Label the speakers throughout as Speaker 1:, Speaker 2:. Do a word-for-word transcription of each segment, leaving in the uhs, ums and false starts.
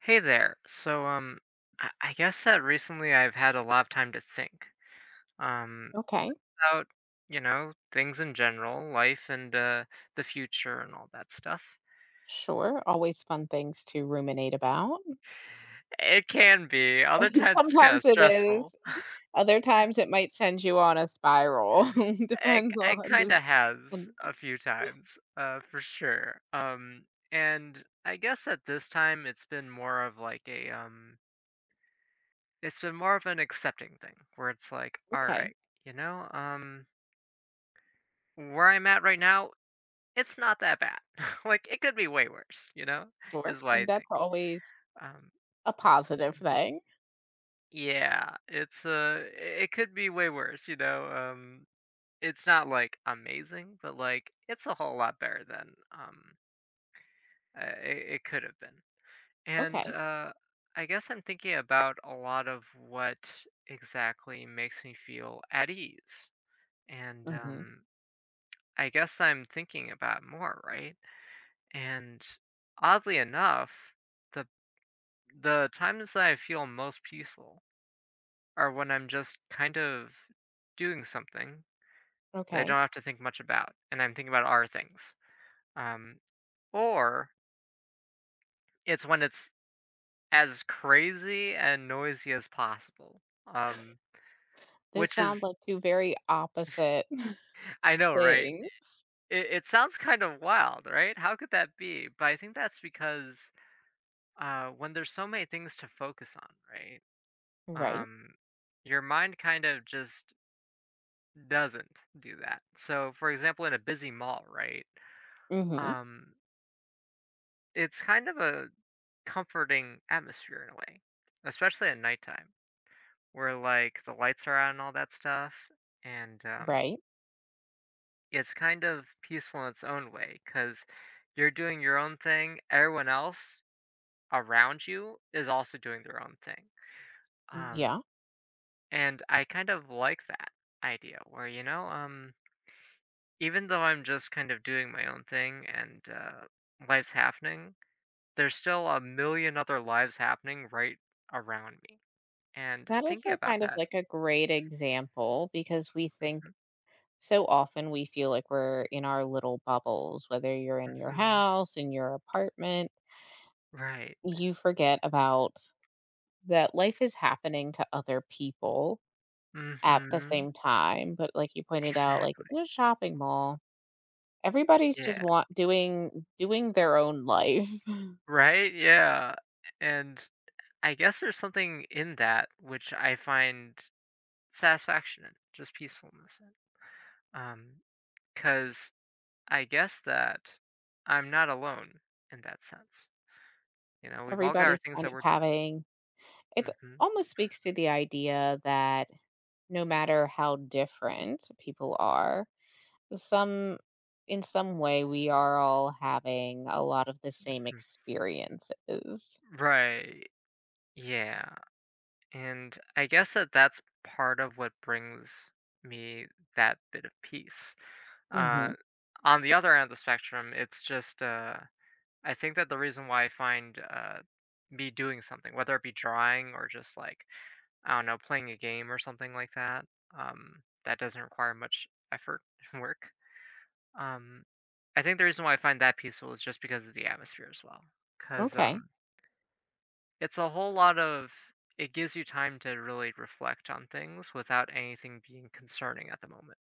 Speaker 1: Hey there. So, um, I, I guess that recently I've had a lot of time to think, um,
Speaker 2: Okay,
Speaker 1: about, you know, things in general, life and uh, the future and all that stuff.
Speaker 2: sure. Always fun things to ruminate about.
Speaker 1: It can be. Other times it's kind of
Speaker 2: Sometimes it
Speaker 1: stressful.
Speaker 2: is. Other times it might send you on a spiral.
Speaker 1: It,
Speaker 2: Depends
Speaker 1: it
Speaker 2: on
Speaker 1: kind
Speaker 2: the.
Speaker 1: of has
Speaker 2: On-
Speaker 1: a few times, uh, for sure. Um, and I guess at this time it's been more of like a, um, it's been more of an accepting thing where it's like, all
Speaker 2: Okay,
Speaker 1: right, you know, um, where I'm at right now. It's not that bad. Like, it could be way worse, you know,
Speaker 2: sure.
Speaker 1: is why
Speaker 2: And
Speaker 1: I
Speaker 2: that's
Speaker 1: think.
Speaker 2: always
Speaker 1: Um,
Speaker 2: a positive thing.
Speaker 1: yeah, it's, uh, I it could be way worse, you know, um, it's not, like, amazing, but, like, it's a whole lot better than, um, uh, it it could have been. And,
Speaker 2: Okay.
Speaker 1: uh, I guess I'm thinking about a lot of what exactly makes me feel at ease, and,
Speaker 2: hmm
Speaker 1: um, I guess I'm thinking about more, right? And oddly enough, the The times that I feel most peaceful are when I'm just kind of doing something that I
Speaker 2: Okay.
Speaker 1: don't have to think much about, and I'm thinking about our things. Um, or it's when it's as crazy and noisy as possible. Um,
Speaker 2: Those
Speaker 1: which
Speaker 2: sound
Speaker 1: is,
Speaker 2: like two very opposite
Speaker 1: I know, right?
Speaker 2: things.
Speaker 1: It, it sounds kind of wild, right? How could that be? But I think that's because uh, when there's so many things to focus on, right?
Speaker 2: Right.
Speaker 1: Um, your mind kind of just doesn't do that. So, for example, in a busy mall, right?
Speaker 2: hmm
Speaker 1: Um, it's kind of a comforting atmosphere in a way, especially at nighttime, where like the lights are on and all that stuff, and um,
Speaker 2: Right.
Speaker 1: it's kind of peaceful in its own way because you're doing your own thing. Everyone else around you is also doing their own thing, um,
Speaker 2: Yeah.
Speaker 1: and I kind of like that idea where you know, um, even though I'm just kind of doing my own thing and uh, life's happening, there's still a million other lives happening right around me. And
Speaker 2: That is
Speaker 1: thinking
Speaker 2: a
Speaker 1: about
Speaker 2: kind of
Speaker 1: that.
Speaker 2: like a great example because we think
Speaker 1: Hmm.
Speaker 2: so often we feel like we're in our little bubbles, whether you're in your
Speaker 1: Hmm.
Speaker 2: house, in your apartment,
Speaker 1: Right?
Speaker 2: you forget about that life is happening to other people at the
Speaker 1: Hmm.
Speaker 2: same time. But like you pointed out, like
Speaker 1: Exactly.
Speaker 2: in a shopping mall, everybody's just
Speaker 1: Yeah.
Speaker 2: want doing doing their own life.
Speaker 1: Right. Yeah. And I guess there's something in that which I find satisfaction in, just peacefulness in. Um, because I guess that I'm not alone in that sense. You know, we've all got our
Speaker 2: Everybody's
Speaker 1: things
Speaker 2: kind
Speaker 1: that
Speaker 2: of
Speaker 1: we're doing.
Speaker 2: having it
Speaker 1: Mhm.
Speaker 2: almost speaks to the idea that no matter how different people are, some in some way we are all having a lot of the same
Speaker 1: Mhm.
Speaker 2: experiences.
Speaker 1: Right. Yeah. And I guess that that's part of what brings me that bit of peace. Uh,
Speaker 2: Mhm.
Speaker 1: on the other end of the spectrum, it's just uh, I think that the reason why I find uh, me doing something, whether it be drawing or just like I don't know, playing a game or something like that, um, that doesn't require much effort and work. Um, I think the reason why I find that peaceful is just because of the atmosphere as well. Because
Speaker 2: Okay.
Speaker 1: It's a whole lot of it gives you time to really reflect on things without anything being concerning at the moment,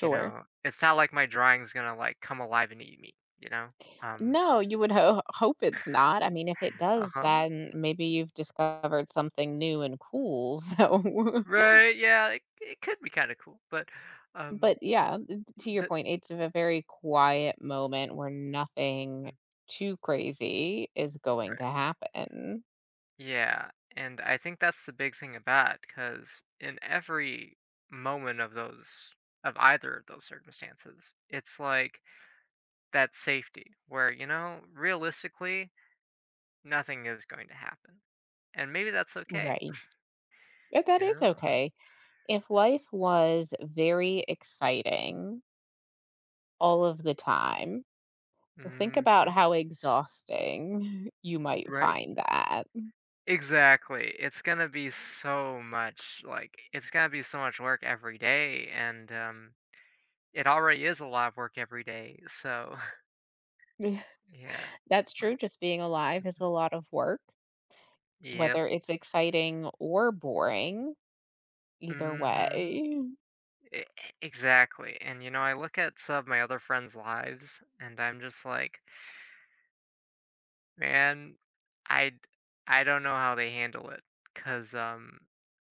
Speaker 1: you know? It's not like my drawing's gonna, like, come alive and eat me, you know? Um
Speaker 2: No, you would ho- hope it's not. I mean, if it does,
Speaker 1: Uh-huh.
Speaker 2: then maybe you've discovered something new and cool. So,
Speaker 1: Right, yeah, it it could be kinda cool, but, um,
Speaker 2: but yeah, to your
Speaker 1: the
Speaker 2: point, it's a very quiet moment where nothing
Speaker 1: mm,
Speaker 2: too crazy is going to
Speaker 1: right.
Speaker 2: happen.
Speaker 1: Yeah, and I think that's the big thing about because in every moment of those of either of those circumstances, it's like that safety where, you know, realistically nothing is going to happen, and maybe that's okay,
Speaker 2: Right. But that
Speaker 1: you
Speaker 2: is
Speaker 1: know?
Speaker 2: okay. If life was very exciting, all of the time. Think about
Speaker 1: Mhm.
Speaker 2: how exhausting you might
Speaker 1: Right.
Speaker 2: find that.
Speaker 1: Exactly, it's gonna be so much, like, it's gonna be so much work every day, and, um, it already is a lot of work every day, so. Yeah,
Speaker 2: That's true,
Speaker 1: like.
Speaker 2: just being alive is a lot of work,
Speaker 1: Yep.
Speaker 2: whether it's exciting or boring, either
Speaker 1: Mhm.
Speaker 2: way.
Speaker 1: e Exactly, and, you know, I look at some of my other friends' lives, and I'm just like, "Man, I d I don't know how they handle it, cause um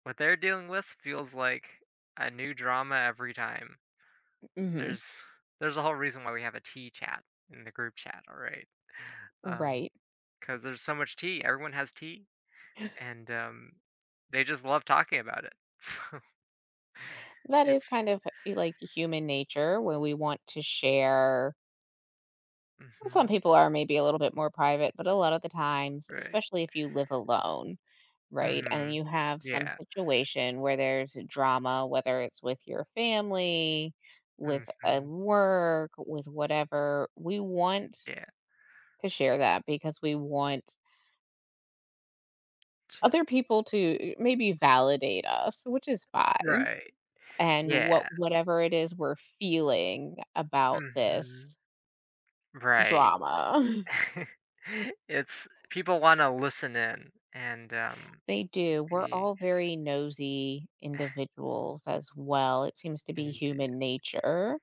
Speaker 1: what they're dealing with feels like a new drama every time.
Speaker 2: Mhm,
Speaker 1: There's there's a whole reason why we have a tea chat in the group chat, all right? um,
Speaker 2: right.
Speaker 1: because there's so much tea, everyone has tea, and, um, they just love talking about it."
Speaker 2: That
Speaker 1: So,
Speaker 2: is
Speaker 1: it's
Speaker 2: kind of eh, like human nature when we want to share some
Speaker 1: mhm.
Speaker 2: people are maybe a little bit more private, but a lot of the times,
Speaker 1: Right.
Speaker 2: especially if you live alone, right? And then
Speaker 1: Mhm.
Speaker 2: you have some
Speaker 1: Yeah.
Speaker 2: situation where there's drama, whether it's with your family, with a
Speaker 1: Mhm.
Speaker 2: work, with whatever. We want
Speaker 1: Yeah.
Speaker 2: to share that because we want
Speaker 1: T
Speaker 2: other people to uh, maybe validate us, which is fine.
Speaker 1: Right.
Speaker 2: And what
Speaker 1: Yeah.
Speaker 2: whatever it is we're feeling about
Speaker 1: Mhm.
Speaker 2: this
Speaker 1: Right.
Speaker 2: drama.
Speaker 1: It's people wanna listen in and, um,
Speaker 2: They do. We're
Speaker 1: be
Speaker 2: all very nosy individuals as well. It seems to be
Speaker 1: indeed.
Speaker 2: human nature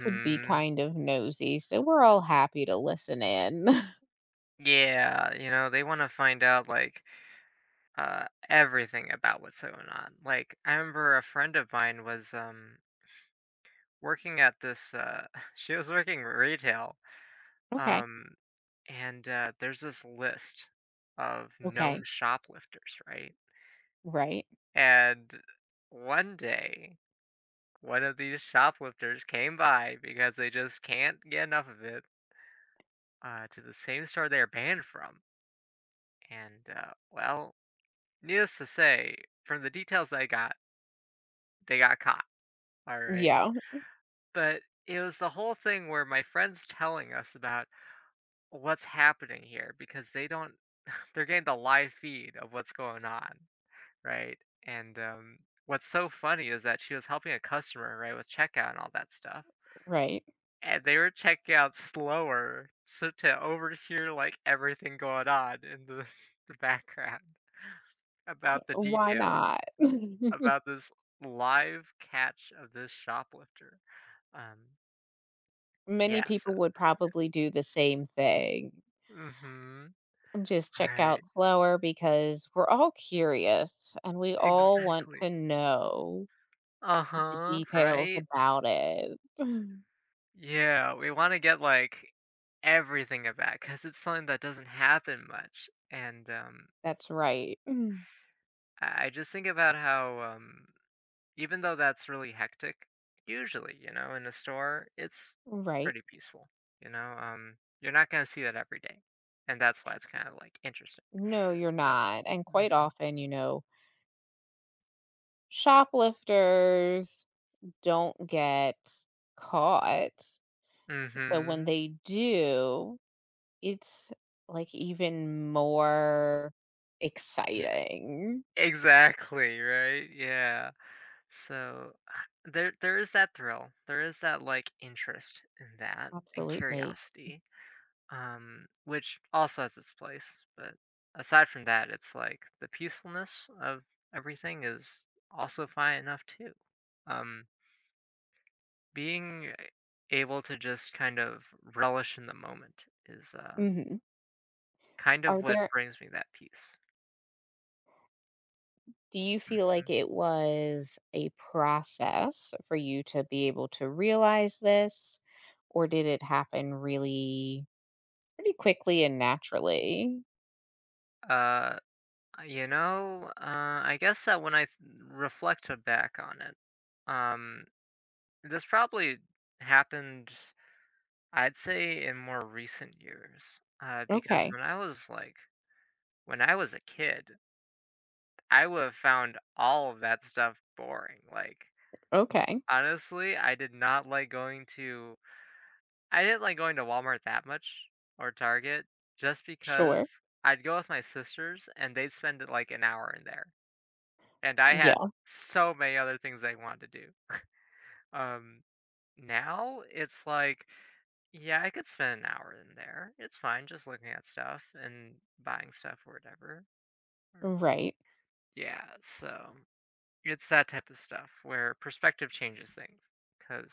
Speaker 2: to be kind of nosy, so we're all happy to listen in.
Speaker 1: Yeah, you know, they wanna find out, like, uh, everything about what's going on. Like, I remember a friend of mine was, um, working at this, uh she was working retail,
Speaker 2: Okay.
Speaker 1: um, and, uh, there's this list of known
Speaker 2: Okay.
Speaker 1: shoplifters, right?
Speaker 2: Right.
Speaker 1: And one day, one of these shoplifters came by because they just can't get enough of it, uh, to the same store they're banned from, and, uh, well, needless to say, from the details I got, they got caught, all right?
Speaker 2: Yeah,
Speaker 1: But it was the whole thing where my friend's telling us about what's happening here because they don't, they're getting the live feed of what's going on, right? And um what's so funny is that she was helping a customer, right, with checkout and all that stuff.
Speaker 2: right.
Speaker 1: And they were checking out slower so to overhear like everything going on in the, the background
Speaker 2: Okay,
Speaker 1: about the
Speaker 2: why not?
Speaker 1: details, about this live catch of this shoplifter. Um,
Speaker 2: Many
Speaker 1: yeah,
Speaker 2: people
Speaker 1: so
Speaker 2: would probably do the same thing.
Speaker 1: mhm,
Speaker 2: Just check out
Speaker 1: right,
Speaker 2: slower because we're all curious and we all want
Speaker 1: exactly.
Speaker 2: to know the
Speaker 1: Uh-huh,
Speaker 2: details
Speaker 1: right?
Speaker 2: about it. Mm.
Speaker 1: Yeah, we wanna get, like, everything of cause it's something that doesn't happen much, and, um,
Speaker 2: That's right. Mm.
Speaker 1: I I just think about how, um, even though that's really hectic, usually, you know, in a store, it's
Speaker 2: Right.
Speaker 1: pretty peaceful, you know? Um, you're not gonna see that every day, and that's why it's kinda, like, interesting,
Speaker 2: No, you're
Speaker 1: but.
Speaker 2: not. And quite
Speaker 1: Mhm.
Speaker 2: often, you know, shoplifters don't get caught. So when
Speaker 1: Mhm.
Speaker 2: they do, it's like even more
Speaker 1: Yeah,
Speaker 2: exciting.
Speaker 1: exactly, right? Yeah. So uh, there there is that thrill. There is that like interest in that and
Speaker 2: Absolutely.
Speaker 1: curiosity. Um which also has its place, but aside from that, it's like the peacefulness of everything is also fine enough too. Um Being able to just kind of relish in the moment is uh
Speaker 2: hmm
Speaker 1: kind of
Speaker 2: Are
Speaker 1: what
Speaker 2: there,
Speaker 1: brings me that peace.
Speaker 2: do you feel like
Speaker 1: Mhm.
Speaker 2: it was a process for you to be able to realize this, or did it happen really pretty quickly and naturally?
Speaker 1: Uh Uh, You know, uh, I guess that when I th- reflect back on it, um, this probably happened, I'd say, in more recent years. Uh, because
Speaker 2: Okay.
Speaker 1: when I was like, when I was a kid, I would have found all of that stuff boring. Like,
Speaker 2: Okay.
Speaker 1: honestly, I did not like going to, I didn't like going to Walmart that much or Target just because
Speaker 2: Sure.
Speaker 1: I'd go with my sisters and they'd spend like an hour in there. And I had
Speaker 2: Yeah.
Speaker 1: so many other things I wanted to do. Um, Now it's like, yeah, I could spend an hour in there. It's fine just looking at stuff and buying stuff or whatever. Or,
Speaker 2: Right.
Speaker 1: yeah, so it's that type of stuff where perspective changes things. Because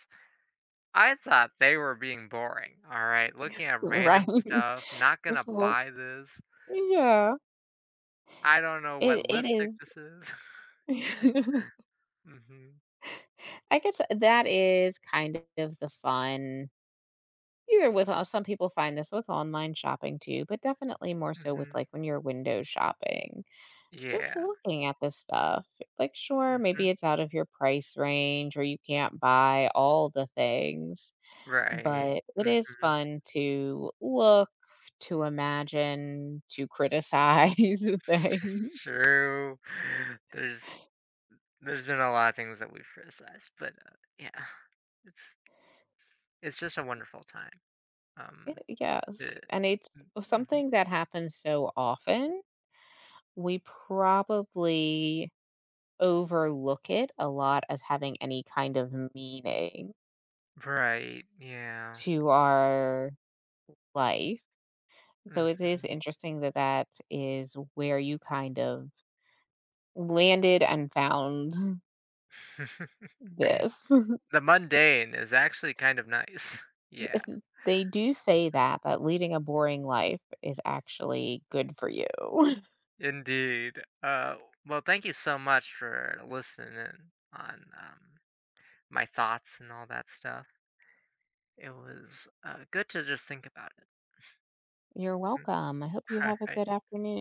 Speaker 1: I thought they were being boring. All right, looking at
Speaker 2: Right.
Speaker 1: random stuff, not
Speaker 2: This
Speaker 1: gonna
Speaker 2: is,
Speaker 1: buy this.
Speaker 2: yeah.
Speaker 1: I don't know what
Speaker 2: It it
Speaker 1: lipstick
Speaker 2: is
Speaker 1: this is. Yeah. Hmm.
Speaker 2: I guess that is kind of the fun either with uh, some people find this with online shopping too, but definitely more so with,
Speaker 1: Hmm.
Speaker 2: like, when you're window shopping. Just
Speaker 1: Yeah.
Speaker 2: looking at this stuff, like, sure,
Speaker 1: Hmm.
Speaker 2: maybe it's out of your price range or you can't buy all the things,
Speaker 1: Right.
Speaker 2: but it is
Speaker 1: Mhm.
Speaker 2: fun to look, to imagine, to criticize things.
Speaker 1: True. There's there's been a lot of things that we've criticized, but, uh, yeah, it's it's just a wonderful time.
Speaker 2: Y
Speaker 1: Um,
Speaker 2: Yes,
Speaker 1: the
Speaker 2: and it's something
Speaker 1: Mhm.
Speaker 2: that happens so often, we probably overlook it a lot as having any kind of meaning
Speaker 1: Right, yeah.
Speaker 2: to our life. So it is
Speaker 1: Mhm.
Speaker 2: interesting that that is where you kind of landed and found this.
Speaker 1: The mundane is actually kind of nice. Yeah,
Speaker 2: If They do say that, that leading a boring life is actually good for you.
Speaker 1: indeed. Uh, well, thank you so much for listening in on, um, my thoughts and all that stuff. It was, uh, good to just think about it.
Speaker 2: You're
Speaker 1: Mhm.
Speaker 2: welcome. I hope you have a
Speaker 1: はいはい。
Speaker 2: good afternoon.